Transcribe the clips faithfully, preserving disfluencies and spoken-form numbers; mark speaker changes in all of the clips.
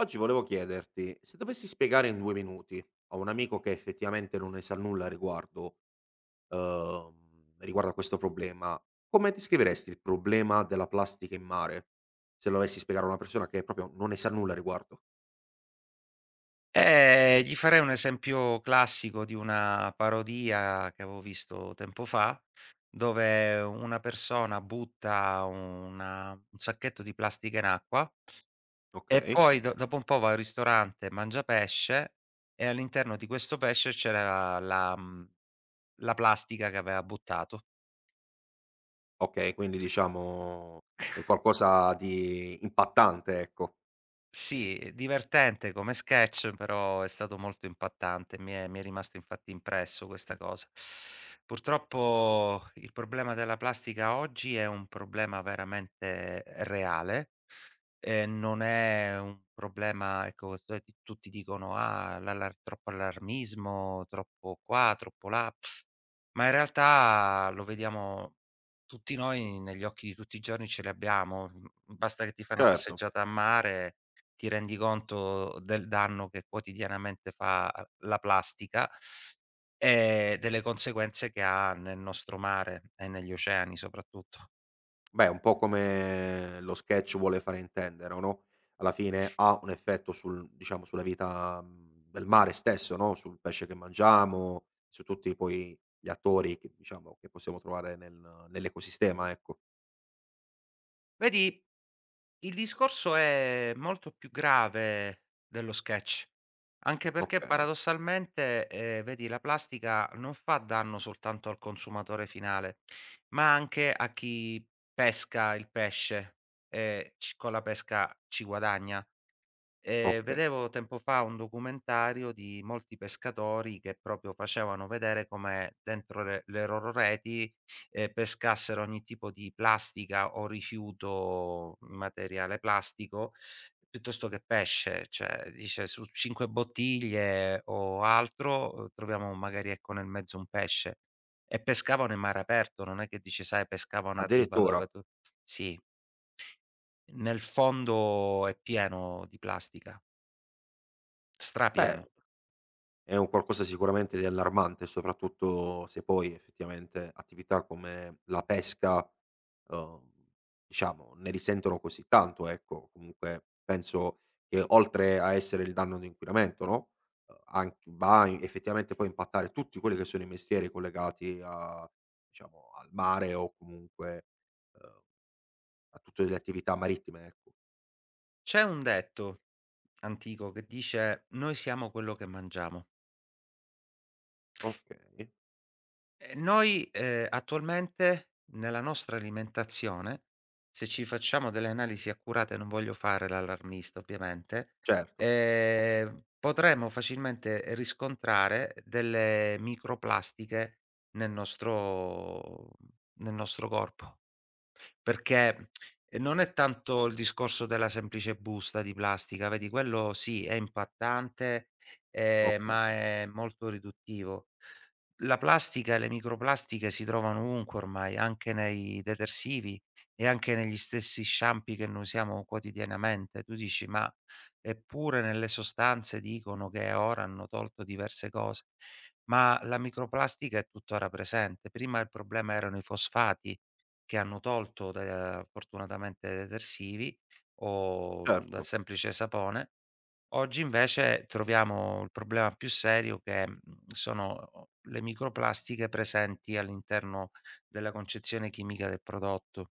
Speaker 1: Oggi volevo chiederti, se dovessi spiegare in due minuti a un amico che effettivamente non ne sa nulla riguardo uhm, riguardo a questo problema, come descriveresti il problema della plastica in mare? Se lo dovessi spiegare a una persona che proprio non ne sa nulla a riguardo.
Speaker 2: Eh, gli farei un esempio classico di una parodia che avevo visto tempo fa, dove una persona butta una un sacchetto di plastica in acqua e
Speaker 1: Okay.
Speaker 2: poi do dopo un po' va al ristorante, mangia pesce e all'interno di questo pesce c'era la mhmm, la plastica che aveva buttato.
Speaker 1: Okay, quindi diciamo un qualcosa di impattante, ecco.
Speaker 2: Sì, divertente come sketch, però è stato molto impattante. Mi è mi è rimasto infatti impresso questa cosa. Purtroppo il problema della plastica oggi è un problema veramente reale, ehm, non è un problema, ecco, tu- tutti dicono: "Ah, l'allar troppo allarmismo, troppo qua, troppo là." Ma in realtà lo vediamo tutti noi, negli occhi di tutti i giorni ce li abbiamo, mhmm, basta che ti fai una
Speaker 1: Certo.
Speaker 2: passeggiata a mare, ti rendi conto del danno che quotidianamente fa la plastica e delle conseguenze che ha nel nostro mare e negli oceani soprattutto.
Speaker 1: Beh, un po' come lo sketch vuole fare intendere, o no, alla fine ha un effetto sul diciamo, sulla vita, mhmm, del mare stesso, no, sul pesce che mangiamo, su tutti poi gli attori che diciamo che possiamo trovare nel nell'ecosistema, ecco.
Speaker 2: Vedi, il discorso è molto più grave dello sketch. Anche perché
Speaker 1: Okay.
Speaker 2: paradossalmente, ehm, vedi, la plastica non fa danno soltanto al consumatore finale, ma anche a chi pesca il pesce e c con la pesca ci guadagna. Ehm,
Speaker 1: Okay.
Speaker 2: vedevo tempo fa un documentario di molti pescatori che proprio facevano vedere come dentro le le loro reti, ehm, pescassero ogni tipo di plastica o rifiuto, materiale plastico, piuttosto che pesce. Cioè, dice: "Su cinque bottiglie o altro, uhm, troviamo magari, ecco, nel mezzo un pesce". E pescavano in mare aperto, non è che, dici, sai, pescavano a riva, dove
Speaker 1: Addirittura.
Speaker 2: tu sì, nel fondo è pieno di plastica. Strapieno.
Speaker 1: Beh, è un qualcosa sicuramente di allarmante, soprattutto se poi effettivamente attività come la pesca, uhm, diciamo ne risentono così tanto, ecco. Comunque penso che oltre a essere il danno di inquinamento, no, uhm, anc va in- effettivamente poi a impattare tutti quelli che sono i mestieri collegati a diciamo al mare o comunque, uhm, a tutte le attività marittime, ecco.
Speaker 2: C'è un detto antico che dice: "Noi siamo quello che mangiamo".
Speaker 1: Okay,
Speaker 2: Ehm, noi, ehm, attualmente nella nostra alimentazione, se ci facciamo delle analisi accurate, non voglio fare l'allarmista ovviamente,
Speaker 1: certo.
Speaker 2: ehm, potremmo facilmente riscontrare delle microplastiche nel nostro nel nostro corpo. Perché, ehm, non è tanto il discorso della semplice busta di plastica, vedi, quello sì, è impattante, ehm,
Speaker 1: Okay,
Speaker 2: ma è molto riduttivo. La plastica e le microplastiche si trovano ovunque ormai, anche nei detersivi e anche negli stessi sciampi che noi usiamo quotidianamente. Tu dici: "Ma eppure nelle sostanze dicono che ora hanno tolto diverse cose", ma la microplastica è tuttora presente. Prima il problema erano i fosfati, che hanno tolto, da fortunatamente, dai detersivi o, mhmm, dal
Speaker 1: certo.
Speaker 2: semplice sapone. Oggi invece troviamo il problema più serio, che, mhmm, sono le microplastiche presenti all'interno della concezione chimica del prodotto.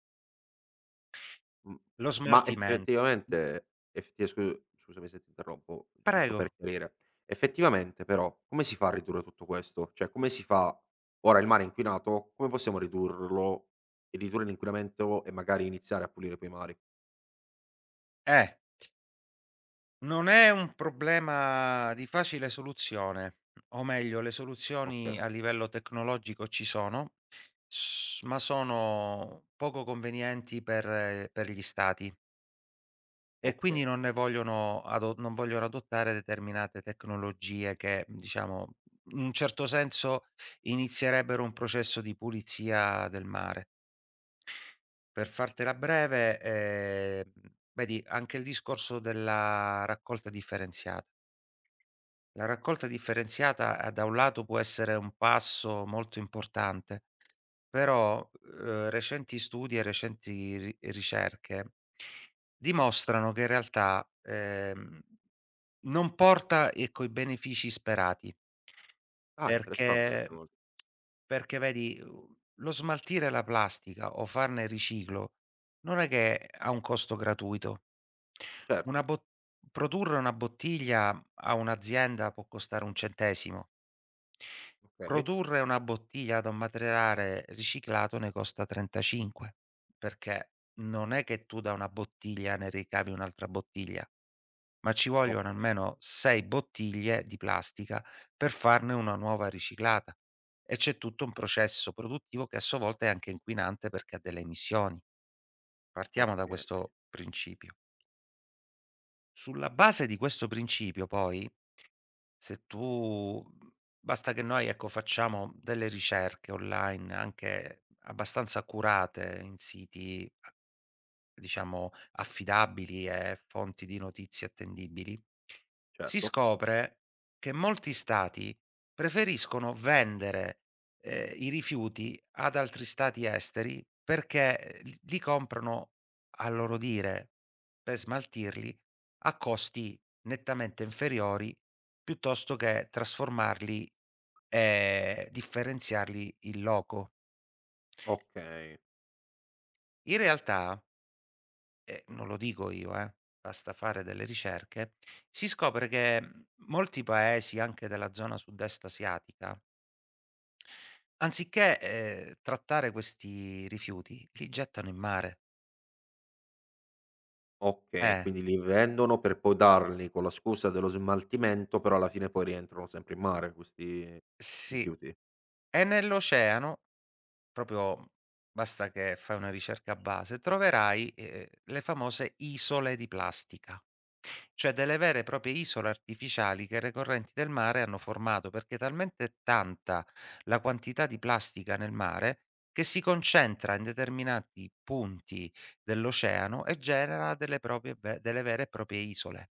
Speaker 1: Mh,
Speaker 2: Lo
Speaker 1: ma
Speaker 2: smaltimen
Speaker 1: effettivamente effetti scu scusami se ti interrompo, giusto
Speaker 2: Prego.
Speaker 1: per chiarire. Effettivamente però come si fa a ridurre tutto questo? Cioè come si fa, ora il mare è inquinato, come possiamo ridurlo e ridurre l'inquinamento e magari iniziare a pulire quei mari?
Speaker 2: Eh, non è un problema di facile soluzione, o meglio, le
Speaker 1: Okay.
Speaker 2: soluzioni a livello tecnologico ci sono, s ma sono poco convenienti per, eh, per gli stati. E quindi non ne
Speaker 1: Okay.
Speaker 2: vogliono ado non vogliono adottare determinate tecnologie che, diciamo, in un certo senso inizierebbero un processo di pulizia del mare. Per fartela breve, ehm, vedi anche il discorso della raccolta differenziata. La raccolta differenziata, a da un lato può essere un passo molto importante, però, uhm, recenti studi e recenti ri ricerche dimostrano che in realtà, ehm, non porta, ecco, i benefici sperati.
Speaker 1: Ah, interessante questa
Speaker 2: Perché
Speaker 1: cosa.
Speaker 2: perché vedi, uhm, lo smaltire la plastica o farne riciclo non è che ha un costo gratuito. Una
Speaker 1: Certo.
Speaker 2: bot Produrre una bottiglia a un'azienda può costare un centesimo.
Speaker 1: Okay.
Speaker 2: Produrre una bottiglia da un materiale riciclato ne costa trentacinque, perché non è che tu da una bottiglia ne ricavi un'altra bottiglia, ma ci vogliono
Speaker 1: oka
Speaker 2: almeno sei bottiglie di plastica per farne una nuova riciclata, e c'è tutto un processo produttivo che a sua volta è anche inquinante perché ha delle emissioni. Partiamo da
Speaker 1: okay,
Speaker 2: questo principio. Sulla base di questo principio, poi, se tu basta che noi, ecco, facciamo delle ricerche online anche abbastanza accurate in siti, diciamo, affidabili e fonti di notizie attendibili, si
Speaker 1: certo.
Speaker 2: scopre che molti stati preferiscono vendere, ehm, i rifiuti ad altri stati esteri perché li li comprano, a loro dire, per smaltirli a costi nettamente inferiori piuttosto che trasformarli e differenziarli in loco.
Speaker 1: Okay.
Speaker 2: In realtà, e non lo dico io, eh, basta fare delle ricerche, si scopre che, mhmm, molti paesi anche della zona sud-est asiatica, anziché, ehm, trattare questi rifiuti, li gettano in mare.
Speaker 1: Okay,
Speaker 2: Eh,
Speaker 1: quindi li vendono per poi darli con la scusa dello smaltimento, però alla fine poi rientrano sempre in mare questi
Speaker 2: sì.
Speaker 1: rifiuti.
Speaker 2: E nell'oceano, proprio, basta che fai una ricerca a base, troverai, ehm, le famose isole di plastica. Cioè, delle vere e proprie isole artificiali che le correnti del mare hanno formato, perché è talmente tanta la quantità di plastica nel mare, che si concentra in determinati punti dell'oceano e genera delle proprie ve delle vere e proprie isole.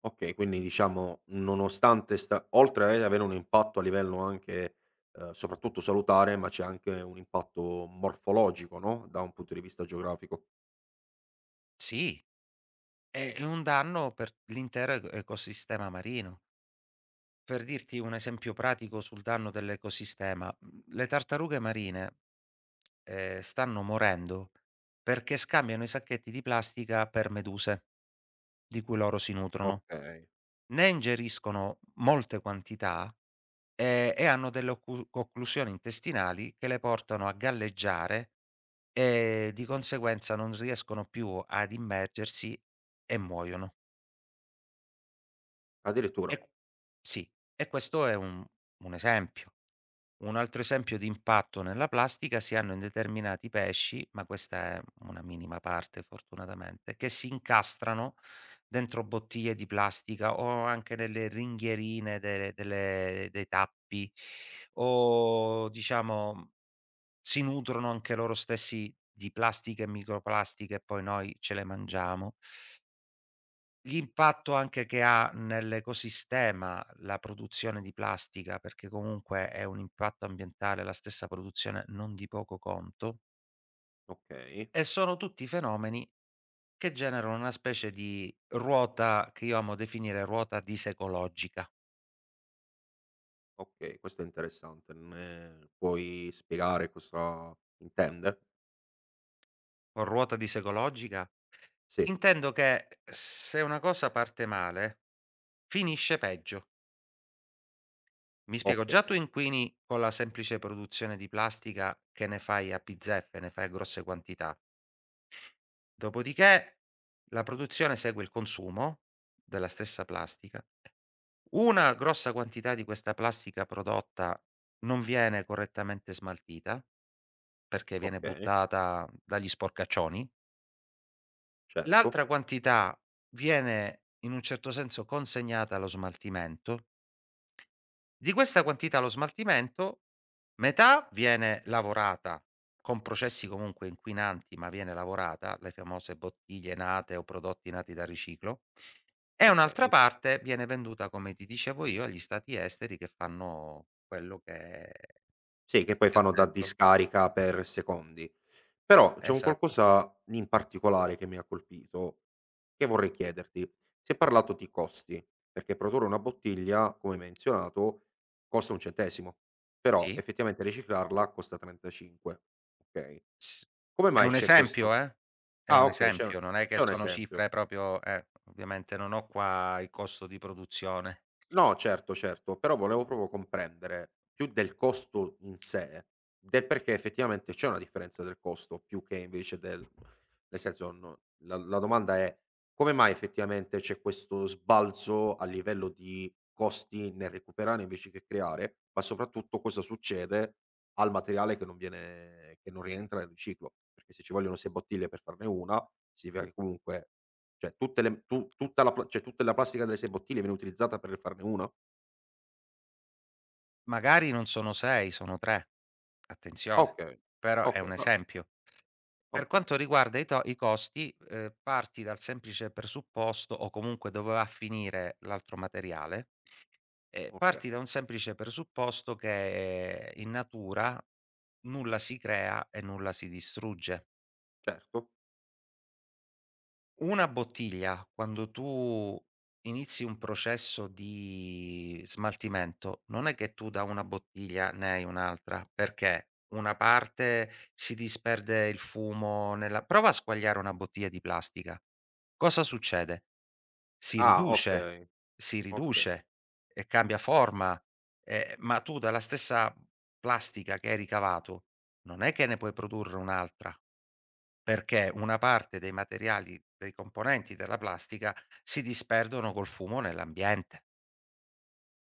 Speaker 1: Okay, quindi diciamo nonostante sta, oltre ad avere un impatto a livello anche, ehm, soprattutto salutare, ma c'è anche un impatto morfologico, no, da un punto di vista geografico.
Speaker 2: Sì, è è un danno per l'intero eco ecosistema marino. Per dirti un esempio pratico sul danno dell'ecosistema, mhmm, le tartarughe marine, ehm, stanno morendo perché scambiano i sacchetti di plastica per meduse. Di cui loro si nutrono.
Speaker 1: Okay,
Speaker 2: Ne ingeriscono molte quantità, ehm, e hanno delle occu occlusioni intestinali che le portano a galleggiare e di conseguenza non riescono più ad immergersi e muoiono.
Speaker 1: addirittura.
Speaker 2: E sì, e questo è un un esempio. Un altro esempio di impatto nella plastica si hanno in determinati pesci, ma questa è una minima parte fortunatamente, che si incastrano dentro bottiglie di plastica o anche nelle ringhierine de delle dei tappi, o diciamo si nutrono anche loro stessi di plastiche e microplastiche e poi noi ce le mangiamo. L'impatto anche che ha nell'ecosistema la produzione di plastica, perché comunque è un impatto ambientale la stessa produzione, non di poco conto,
Speaker 1: Okay.
Speaker 2: e sono tutti fenomeni che generano una specie di ruota che io amo definire ruota disecologica.
Speaker 1: Okay, questo è interessante. Me puoi spiegare cosa intende?
Speaker 2: Con ruota disecologica
Speaker 1: Sì.
Speaker 2: intendo che se una cosa parte male, finisce peggio. Mi spiego, già tu
Speaker 1: Okay.
Speaker 2: inquini con la semplice produzione di plastica, che ne fai a bizzeffe, ne fai a grosse quantità. Dopodiché la produzione segue il consumo della stessa plastica. Una grossa quantità di questa plastica prodotta non viene correttamente smaltita, perché viene
Speaker 1: Okay,
Speaker 2: buttata dagli sporcaccioni.
Speaker 1: certo.
Speaker 2: L'altra quantità viene in un certo senso consegnata allo smaltimento. Di questa quantità allo smaltimento, metà viene lavorata con processi comunque inquinanti, ma viene lavorata, le famose bottiglie nate o prodotti nati da riciclo, e un'altra
Speaker 1: Okay.
Speaker 2: parte viene venduta, come ti dicevo io, agli stati esteri che fanno quello che
Speaker 1: Sì, che poi
Speaker 2: ti ho
Speaker 1: fanno da
Speaker 2: detto.
Speaker 1: discarica per secondi. Però c'è un
Speaker 2: Esatto,
Speaker 1: qualcosa in particolare che mi ha colpito, che vorrei chiederti. Si è parlato di costi, perché produrre una bottiglia, come menzionato, costa un centesimo, però
Speaker 2: sì,
Speaker 1: effettivamente riciclarla costa trentacinque, okay.
Speaker 2: s
Speaker 1: Come
Speaker 2: è
Speaker 1: mai
Speaker 2: un
Speaker 1: c'è questo,
Speaker 2: esempio, eh, è
Speaker 1: ah
Speaker 2: un
Speaker 1: okay, c'è un
Speaker 2: esempio, non è che
Speaker 1: c'è un
Speaker 2: sono
Speaker 1: esempio.
Speaker 2: cifre proprio, eh, ovviamente non ho qua il costo di produzione.
Speaker 1: No, certo, certo, però volevo proprio comprendere più del costo in sé, del perché effettivamente c'è una differenza del costo più che invece del, nel senso, no la la domanda è: come mai effettivamente c'è questo sbalzo a livello di costi nel recuperare invece che creare, ma soprattutto cosa succede al materiale che non viene che non rientra nel riciclo? Perché se ci vogliono sei bottiglie per farne una, significa che comunque, cioè tutte le tu tutta la pla cioè tutta la plastica delle sei bottiglie viene utilizzata per farne una?
Speaker 2: Magari non sono sei, sono tre. Attenzione,
Speaker 1: Okay.
Speaker 2: però è
Speaker 1: okay,
Speaker 2: un
Speaker 1: va
Speaker 2: esempio. Per
Speaker 1: Okay.
Speaker 2: quanto riguarda i to i costi, ehm, parti dal semplice presupposto, o comunque dove va a finire l'altro materiale, ehm,
Speaker 1: Okay,
Speaker 2: parti da un semplice presupposto che, eh, in natura nulla si crea e nulla si distrugge.
Speaker 1: certo.
Speaker 2: Una bottiglia, quando tu inizi un processo di smaltimento, non è che tu da una bottiglia ne hai un'altra, perché una parte si disperde, il fumo, nella prova a squagliare una bottiglia di plastica. Cosa succede? Si
Speaker 1: Ah
Speaker 2: riduce,
Speaker 1: okay.
Speaker 2: si
Speaker 1: Okay,
Speaker 2: riduce e cambia forma, ehm, ma tu dalla stessa plastica che hai ricavato, non è che ne puoi produrre un'altra. Perché una parte dei materiali, dei componenti della plastica, si disperdono col fumo nell'ambiente.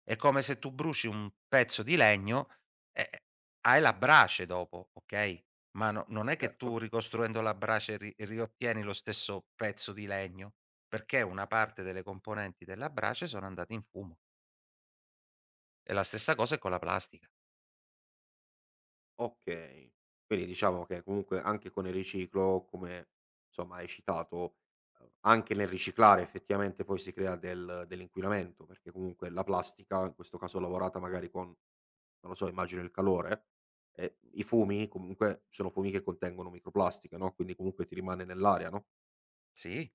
Speaker 2: È come se tu bruci un pezzo di legno, eh, eh, hai la brace dopo, okay, ma no, non è che tu
Speaker 1: certo.
Speaker 2: ricostruendo la brace ri riottieni lo stesso pezzo di legno, perché una parte delle componenti della brace sono andate in fumo. E la stessa cosa è con la plastica.
Speaker 1: Okay. Quindi diciamo che comunque anche con il riciclo, come insomma hai citato, uhm, anche nel riciclare effettivamente poi si crea del dell'inquinamento, perché comunque la plastica, in questo caso lavorata magari con, non lo so, immagino il calore, e i fumi comunque sono fumi che contengono microplastiche, no, quindi comunque ti rimane nell'aria, no?
Speaker 2: Sì.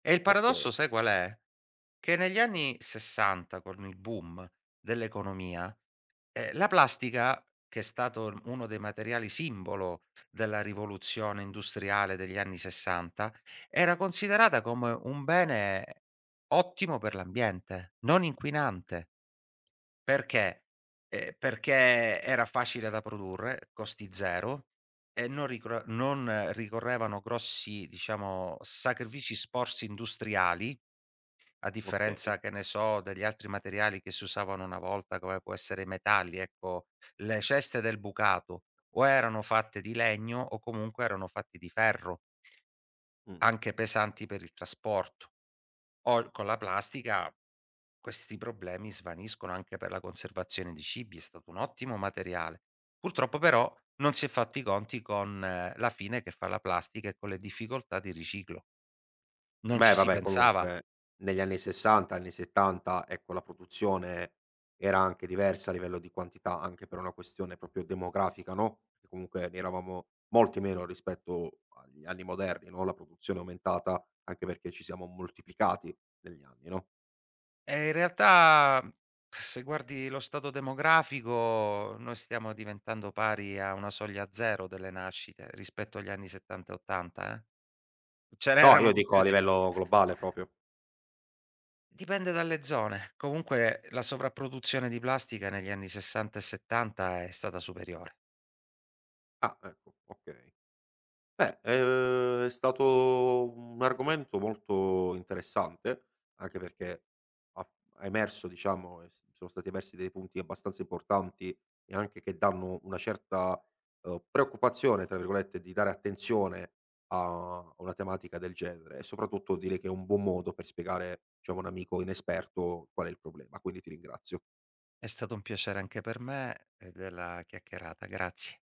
Speaker 2: E il
Speaker 1: Okay.
Speaker 2: paradosso sai qual è? Che negli anni sessanta, con il boom dell'economia, Ehm, la plastica, che è stato l uno dei materiali simbolo della rivoluzione industriale degli anni 'sessanta, era considerata come un bene ottimo per l'ambiente, non inquinante. Perché? Ehm, perché era facile da produrre, costi zero, e non ricor non ricorrevano grossi, diciamo, sacrifici, sforzi industriali, a
Speaker 1: Okay.
Speaker 2: differenza, che ne so, degli altri materiali che si usavano una volta, come può essere i metalli, ecco, le ceste del bucato o erano fatte di legno o comunque erano fatti di ferro,
Speaker 1: Mh.
Speaker 2: anche pesanti per il trasporto. O con la plastica questi problemi svaniscono, anche per la conservazione di cibi è stato un ottimo materiale. Purtroppo però non si è fatti i conti con, eh, la fine che fa la plastica e con le difficoltà di riciclo. Non
Speaker 1: Beh,
Speaker 2: ci si
Speaker 1: vabbè
Speaker 2: pensava.
Speaker 1: comunque negli anni 'sessanta, anni 'settanta, ecco, la produzione era anche diversa a livello di quantità, anche per una questione proprio demografica, no, che comunque ne eravamo molti meno rispetto agli anni moderni, no, la produzione è aumentata anche perché ci siamo moltiplicati negli anni, no?
Speaker 2: Eh, in realtà, se guardi lo stato demografico, noi stiamo diventando pari a una soglia zero delle nascite rispetto agli anni settanta e ottanta, eh. Ce
Speaker 1: No,
Speaker 2: n'erano
Speaker 1: io
Speaker 2: di
Speaker 1: dico
Speaker 2: più
Speaker 1: a
Speaker 2: di
Speaker 1: livello globale proprio.
Speaker 2: Dipende dalle zone. Comunque la sovrapproduzione di plastica negli anni sessanta e settanta è stata superiore.
Speaker 1: Ah, ecco, okay. Beh, ehm, è stato un argomento molto interessante, anche perché ha ha emerso, diciamo, e s sono stati emersi dei punti abbastanza importanti e anche che danno una certa, uhm, "preoccupazione", tra virgolette, di dare attenzione a una tematica del genere e soprattutto direi che è un buon modo per spiegare, diciamo, a un amico inesperto qual è il problema, quindi ti ringrazio.
Speaker 2: È stato un piacere anche per me e della chiacchierata. Grazie.